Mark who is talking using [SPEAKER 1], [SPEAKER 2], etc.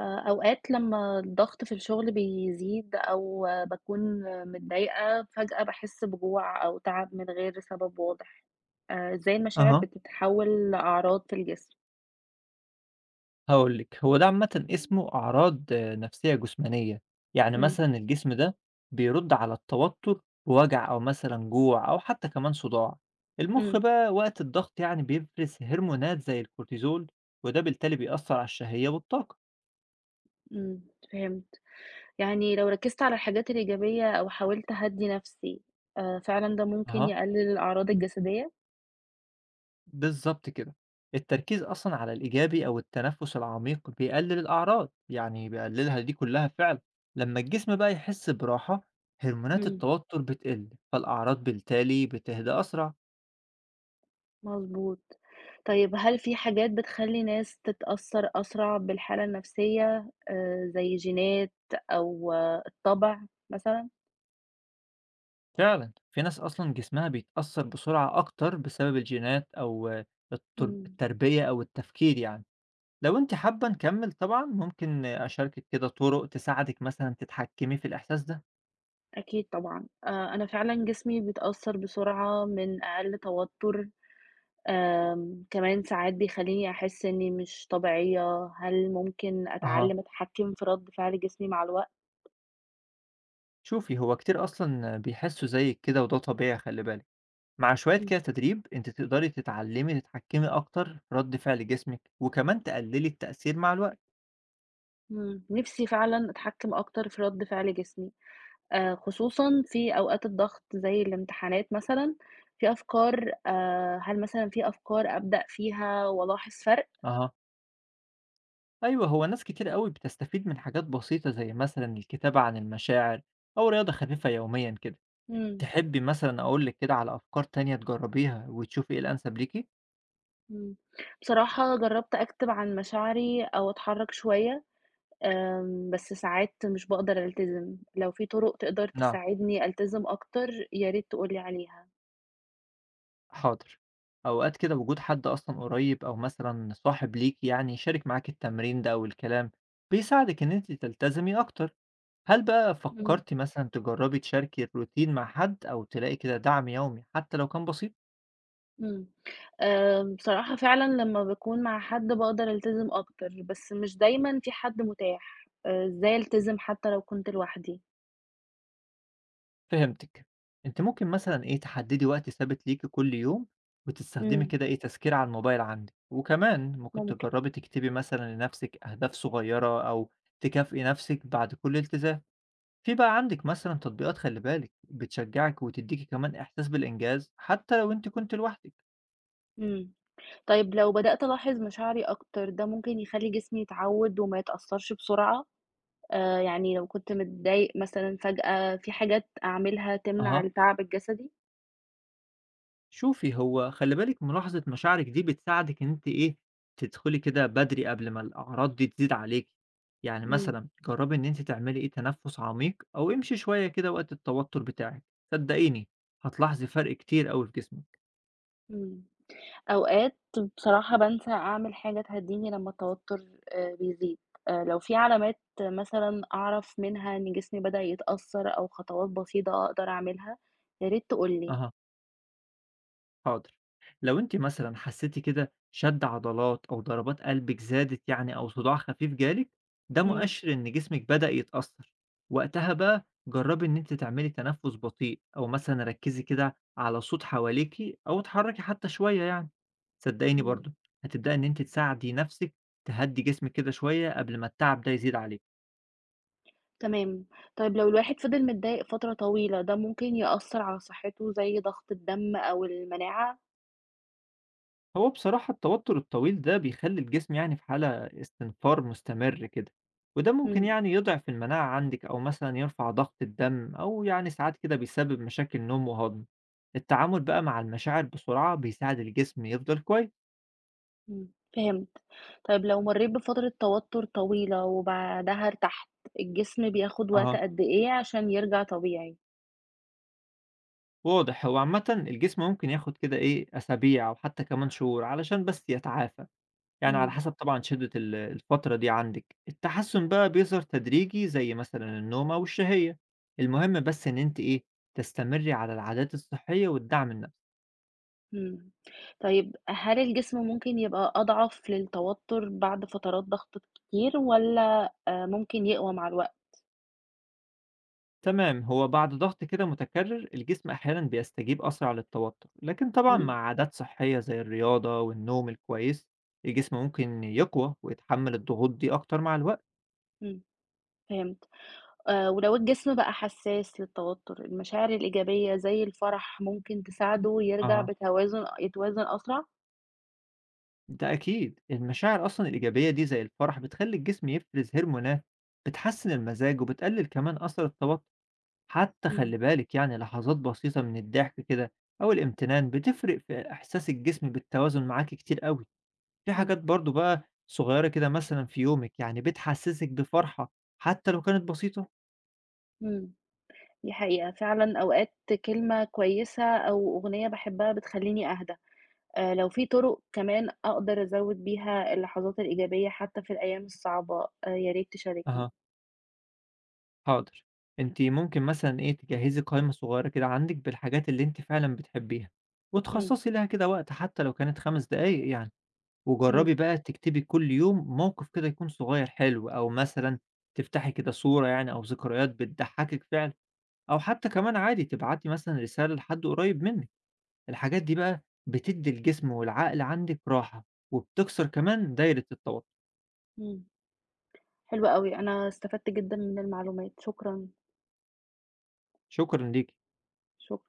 [SPEAKER 1] أوقات لمّا الضغط في الشغل بيزيد أو باكون متضايقة، فجأة باحس بجوع أو تعب من غير سبب واضح. إزاي المشاعر
[SPEAKER 2] أها.
[SPEAKER 1] بتتحول لأعراض في الجسم؟
[SPEAKER 2] هاقول لِك، هو ده عامةً اسمه أعراض نفسية جسمانية، يعني
[SPEAKER 1] إمم،
[SPEAKER 2] مثلًا الجسم ده بيرُد على التوتر بوجع أو مثلًا جوع أو حتى كمان صداع. المُخ
[SPEAKER 1] إمم،
[SPEAKER 2] بقى وقت الضغط يعني بيفرز هرمونات زي الكورتيزول، وده بالتالي بيأثّر على الشهية والطاقة.
[SPEAKER 1] إمم، فهمت. يعني لو ركزت على الحاجات الإيجابية أو حاولت أهدّي نفسي، فعلًا ده ممكن
[SPEAKER 2] أها.
[SPEAKER 1] يقلل الأعراض الجسدية؟
[SPEAKER 2] بالضبط كده. التركيز أصلًا على الإيجابي أو التنفس العميق بيقلل الأعراض، يعني بيقللها دي كلّها فعلًا. لمّا الجسم بقى يحس براحة، هرمونات
[SPEAKER 1] إمم.
[SPEAKER 2] التوتر بتقل، فالأعراض بالتالي بتهدى أسرع.
[SPEAKER 1] مضبوط. طيب هل في حاجات بتخلّي ناس تتأثّر أسرع بالحالة النفسية زي جينات أو الطبع مثلًا؟
[SPEAKER 2] فعلًا، في ناس أصلًا جسمها بيتأثّر بسرعة أكتر بسبب الجينات أو
[SPEAKER 1] إمم،
[SPEAKER 2] التربية أو التفكير يعني. لو أنتِ حابة نكمّل طبعًا ممكن أشاركِك كده طُرق تساعدِك مثلًا تتحكمي في الإحساس ده.
[SPEAKER 1] أكيد طبعًا. أنا فعلًا جسمي بيتأثّر بسرعة من أقل توتُّر، كمان ساعات بيخلّيني أحس إنّي مش طبيعية. هل ممكن
[SPEAKER 2] أها.
[SPEAKER 1] أتعلّم أتحكّم في رَد فعل جسمي مع الوقت؟
[SPEAKER 2] شوفي، هو كتير أصلًا بيحسّوا زيِّك كده وده طبيعي، خلّي بالِك، مع شوية
[SPEAKER 1] إمم،
[SPEAKER 2] كده تدريب أنتِ تقدري تتعلّمي تتحكّمي أكتر في رَد فعل جسمِك، وكمان تقلّلي التأثير مع الوقت.
[SPEAKER 1] إمم. نِفْسي فعلًا أتحكّم أكتر في رَد فعل جسمي. خصوصًا في أوقات الضغط زي الامتحانات مثلًا، في أفكار هل مثلًا في أفكار أبدأ فيها وألاحظ فرق؟
[SPEAKER 2] أها، أيوه، هو ناس كتير أوي بتستفيد من حاجات بسيطة زي مثلًا الكتابة عن المشاعر أو رياضة خفيفة يوميًا كده.
[SPEAKER 1] إمم،
[SPEAKER 2] تحبّي مثلًا أقول لِك كده على أفكار تانية تجرّبيها وتشوفي إيه الأنسب ليكِ؟
[SPEAKER 1] إمم. بصراحة جرّبت أكتب عن مشاعري أو أتحرّك شوية، بس ساعات مش باقدر ألتزم. لو في طرق تقدر
[SPEAKER 2] نعم.
[SPEAKER 1] تساعدني ألتزم أكتر يا ريت تقول لي عليها.
[SPEAKER 2] حاضر. أوقات كده وجود حد أصلًا قريب أو مثلًا صاحب ليكِ يعني يشارك معاكِ التمرين ده أو الكلام، بيساعدِك إن أنتِ تلتزمي أكتر. هل بقى
[SPEAKER 1] إمم،
[SPEAKER 2] فكرتِ مثلًا تجربي تشاركي الروتين مع حد أو تلاقي كده دعم يومي حتى لو كان بسيط؟
[SPEAKER 1] إمم. بصراحة فعلًا لمّا باكون مع حد باقدر ألتزم أكتر، بس مش دايمًا في حد متاح. إزاي ألتزم حتى لو كنت لوحدي؟
[SPEAKER 2] فهمتِك. أنتِ ممكن مثلًا إيه، تحددي وقت ثابت ليكِ كل يوم، وتستخدمي
[SPEAKER 1] إمم،
[SPEAKER 2] كده إيه، تذكير على الموبايل عندِك. وكمان ممكن
[SPEAKER 1] ممكن،
[SPEAKER 2] تجربي تكتبي مثلًا لنفسِك أهداف صغيرة، أو تكافئي نفسِك بعد كل التزام. في بقى عندِك مثلًا تطبيقات، خلّي بالِك، بتشجّعِك وتدّيكِ كمان إحساس بالإنجاز حتى لو أنتِ كنتِ لوحدِك.
[SPEAKER 1] إمم. طيب لو بدأت ألاحظ مشاعري أكتر، ده ممكن يخلّي جسمي يتعوّد وما يتأثّرش بسرعة؟ يعني لو كنت متضايق مثلًا فجأة، في حاجات أعملها تمنع
[SPEAKER 2] أها.
[SPEAKER 1] التعب الجسدي؟
[SPEAKER 2] شوفي، هو خلّي بالِك ملاحظة مشاعرِك دي بتساعدِك إن أنتِ إيه، تدخلي كده بدري قبل ما الأعراض دي تزيد عليكِ. يعني
[SPEAKER 1] إمم،
[SPEAKER 2] مثلًا جرّبي إن أنتِ تعملي إيه، تنفُّس عميق أو امشي شوية كده وقت التوتر بتاعِك، صدّقيني هتلاحظي فرق كتير أوي في جسمِك.
[SPEAKER 1] إمم. أوقات بصراحة بانسى أعمل حاجة تهدّيني لمّا التوتُّر بيزيد، لو في علامات مثلًا أعرف منها إن جسمي بدأ يتأثّر أو خطوات بسيطة أقدر أعملها، يا ريت تقول لي.
[SPEAKER 2] أها. حاضر. لو انت مثلا حسيتي كده شد عضلات او ضربات قلبك زادت يعني، او صداع خفيف جالك، ده
[SPEAKER 1] إمم،
[SPEAKER 2] مؤشر ان جسمك بدأ يتأثر. وقتها بقى جربي ان انت تعملي تنفس بطيء، او مثلا ركزي كده على صوت حواليكي، او اتحركي حتى شوية يعني، صدقيني
[SPEAKER 1] إمم.
[SPEAKER 2] برضو هتبدأي ان انت تساعدي نفسك تهدي جسمك كده شوية قبل ما التعب ده يزيد عليك.
[SPEAKER 1] تمام. طيب لو الواحد فضل متضايق فترة طويلة، ده ممكن يأثّر على صحّته زي ضغط الدم أو المناعة؟
[SPEAKER 2] هو بصراحة التوتر الطويل ده بيخلي الجسم يعني في حالة استنفار مستمر كده، وده ممكن
[SPEAKER 1] إمم،
[SPEAKER 2] يعني يضعف المناعة عندك، أو مثلا يرفع ضغط الدم، أو يعني ساعات كده بيسبب مشاكل نوم وهضم. التعامل بقى مع المشاعر بسرعة بيساعد الجسم يفضل كويس.
[SPEAKER 1] إمم، فهمت. طيب لو مرّيت بفترة توتُّر طويلة وبعدها ارتحت، الجسم بياخد وقت
[SPEAKER 2] اها،
[SPEAKER 1] قد إيه عشان يرجع طبيعي؟
[SPEAKER 2] واضح، هو عامة الجسم ممكن ياخد كده إيه أسابيع أو حتى كمان شهور علشان بس يتعافى، يعني على
[SPEAKER 1] إمم،
[SPEAKER 2] حسب طبعًا شدة الفترة دي عندِك. التحسُّن بقى بيظهر تدريجي زي مثلًا النوم أو الشهية. المهم بس إن أنتِ إيه، تستمرّي على العادات الصحية والدعم النفسي.
[SPEAKER 1] إمم. طيب هل الجسم ممكن يبقى أضعف للتوتُّر بعد فترات ضغط كتير والّا ممكن يقوى مع الوقت؟
[SPEAKER 2] تمام، هو بعد ضغط كده متكرر الجسم أحيانًا بيستجيب أسرع للتوتر، لكن طبعًا مع
[SPEAKER 1] إمم،
[SPEAKER 2] عادات صحية زي الرياضة والنوم الكويس، الجسم ممكن يقوى ويتحمّل الضغوط دي أكتر مع الوقت.
[SPEAKER 1] إمم، فهمت. ولو الجسم بقى حسّاس للتوتُّر، المشاعر الإيجابية زي الفرح ممكن تساعده يرجع
[SPEAKER 2] أها.
[SPEAKER 1] بتوازن أسرع؟
[SPEAKER 2] ده أكيد المشاعر أصلا الإيجابية دي زي الفرح بتخلي الجسم يفرز هرمونات بتحسن المزاج وبتقلل كمان أثر التوتر. حتى
[SPEAKER 1] إمم،
[SPEAKER 2] خلي بالك، يعني لحظات بسيطة من الضحك كده أو الامتنان بتفرق في إحساس الجسم بالتوازن معاك كتير قوي. في
[SPEAKER 1] إمم،
[SPEAKER 2] حاجات برضو بقى صغيرة كده مثلا في يومك يعني بتحسسك بفرحة حتى لو كانت بسيطة.
[SPEAKER 1] إمم، دي حقيقة، فعلًا أوقات كلمة كويسة أو أغنية باحبها بتخلّيني أهدى، لو في طُرق كمان أقدر أزوّد بيها اللحظات الإيجابية حتى في الأيام الصعبة، يا ريت تشاركني.
[SPEAKER 2] أها. حاضر. أنت ممكن مثلا إيه تجهزي قائمة صغيرة كده عندك بالحاجات اللي أنت فعلا بتحبيها،
[SPEAKER 1] إمم،
[SPEAKER 2] وتخصصي لها كده وقت حتى لو كانت 5 دقايق يعني.
[SPEAKER 1] إمم،
[SPEAKER 2] وجرّبي بقى تكتبي كل يوم موقف كده يكون صغير حلو، أو مثلًا تفتحي كده صورة يعني أو ذكريات بتضحّكِك فعلًا، أو حتى كمان عادي تبعتي مثلًا رسالة لحد قريب منِّك. الحاجات دي بقى بتدّي الجسم والعقل عندِك راحة، وبتكسر كمان دايرة التوتر.
[SPEAKER 1] إمم، حلو أوي، أنا استفدت جدًا من المعلومات، شكرًا،
[SPEAKER 2] شكرًا ليكِ.
[SPEAKER 1] شكرًا.